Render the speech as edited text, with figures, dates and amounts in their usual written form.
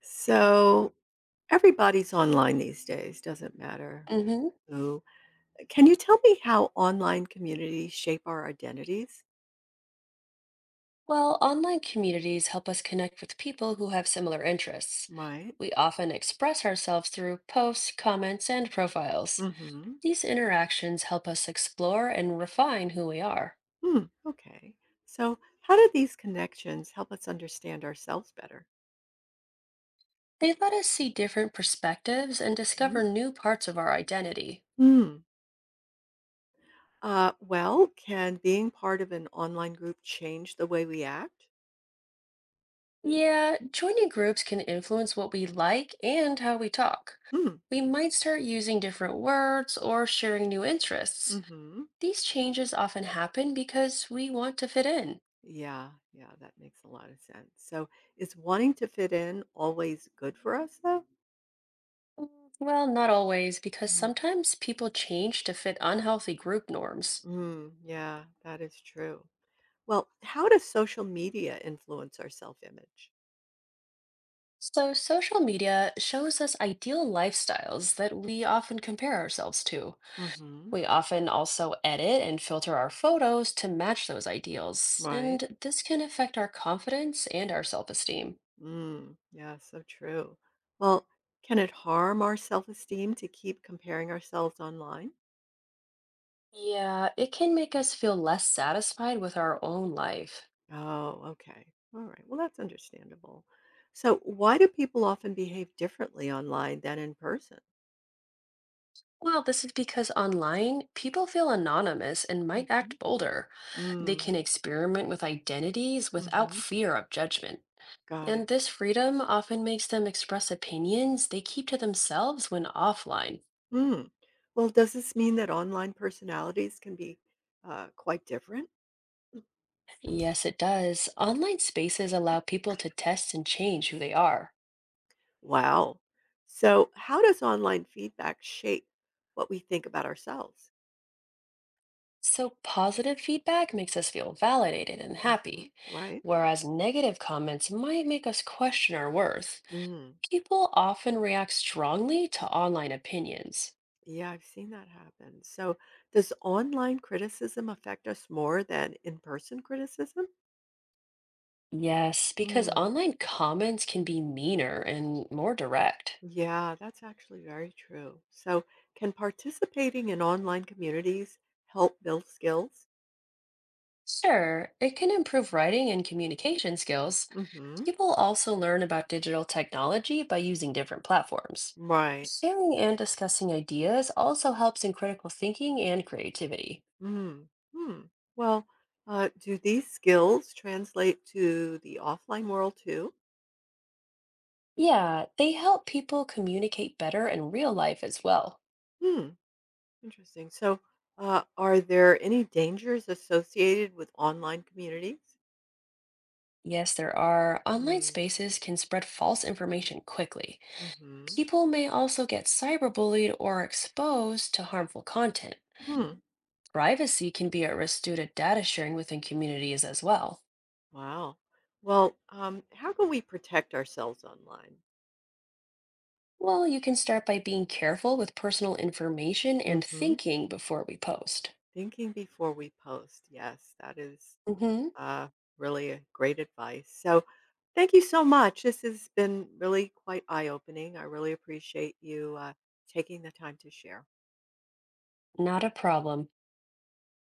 So everybody's online these days, doesn't matter hmm who. Can you tell me how online communities shape our identities? Well, online communities help us connect with people who have similar interests. Right. We often express ourselves through posts, comments, and profiles. Mm-hmm. These interactions help us explore and refine who we are. Hmm. Okay. So how do these connections help us understand ourselves better? They let us see different perspectives and Mhm. discover new parts of our identity. Hmm. Well, can being part of an online group change the way we act? Yeah, joining groups can influence what we like and how we talk. Hmm. We might start using different words or sharing new interests. Mm-hmm. These changes often happen because we want to fit in. Yeah, yeah, that makes a lot of sense. So is wanting to fit in always good for us though? Well, not always, because sometimes people change to fit unhealthy group norms. Mm, yeah, that is true. Well, how does social media influence our self image? So, social media shows us ideal lifestyles that we often compare ourselves to. Hmm. We often also edit and filter our photos to match those ideals, Right. and this can affect our confidence and our self-esteem. Mm, yeah, so true. Well, can it harm our self esteem to keep comparing ourselves online? Yeah, it can make us feel less satisfied with our own life. Oh, okay. All right. Well, that's understandable. So, why do people often behave differently online than in person? Well, this is because online, people feel anonymous and might Hmm. act bolder. They Mm, can experiment with identities without hmm. fear of judgment. Got it. And this freedom often makes them express opinions they keep to themselves when offline. Mm. Well, does this mean that online personalities can be quite different? Yes, it does. Online spaces allow people to test and change who they are. Wow. So, how does online feedback shape what we think about ourselves? So positive feedback makes us feel validated and Hmm. happy, Right? whereas negative comments might make us question our worth. Mm. People often react strongly to online opinions. Yeah, I've seen that happen. So, does online criticism affect us more than in person criticism? Yes, because Mm. online comments can be meaner and more direct. Yeah, that's actually very true. So, can participating in online communities help build skills? Sure, it can improve writing and communication skills. Hmm. People also learn about digital technology by using different platforms. Right. Sharing and discussing ideas also helps in critical thinking and creativity. Mm. Hmm. Well, do these skills translate to the offline world too? Yeah, they help people communicate better in real life as well. Hmm, interesting. So, are there any dangers associated with online communities? Yes, there are. Online Mm, spaces can spread false information quickly. mm-hmm. People may also get cyberbullied or exposed to harmful content. Hmm. Privacy can be at risk due to data sharing within communities as well. Wow. Well, how can we protect ourselves online? Well, you can start by being careful with personal information and Mm-hmm. thinking before we post. Thinking before we post. Yes, that is hmm uh, really a great advice. So, thank you so much. This has been really quite eye opening. I really appreciate you taking the time to share. Not a problem.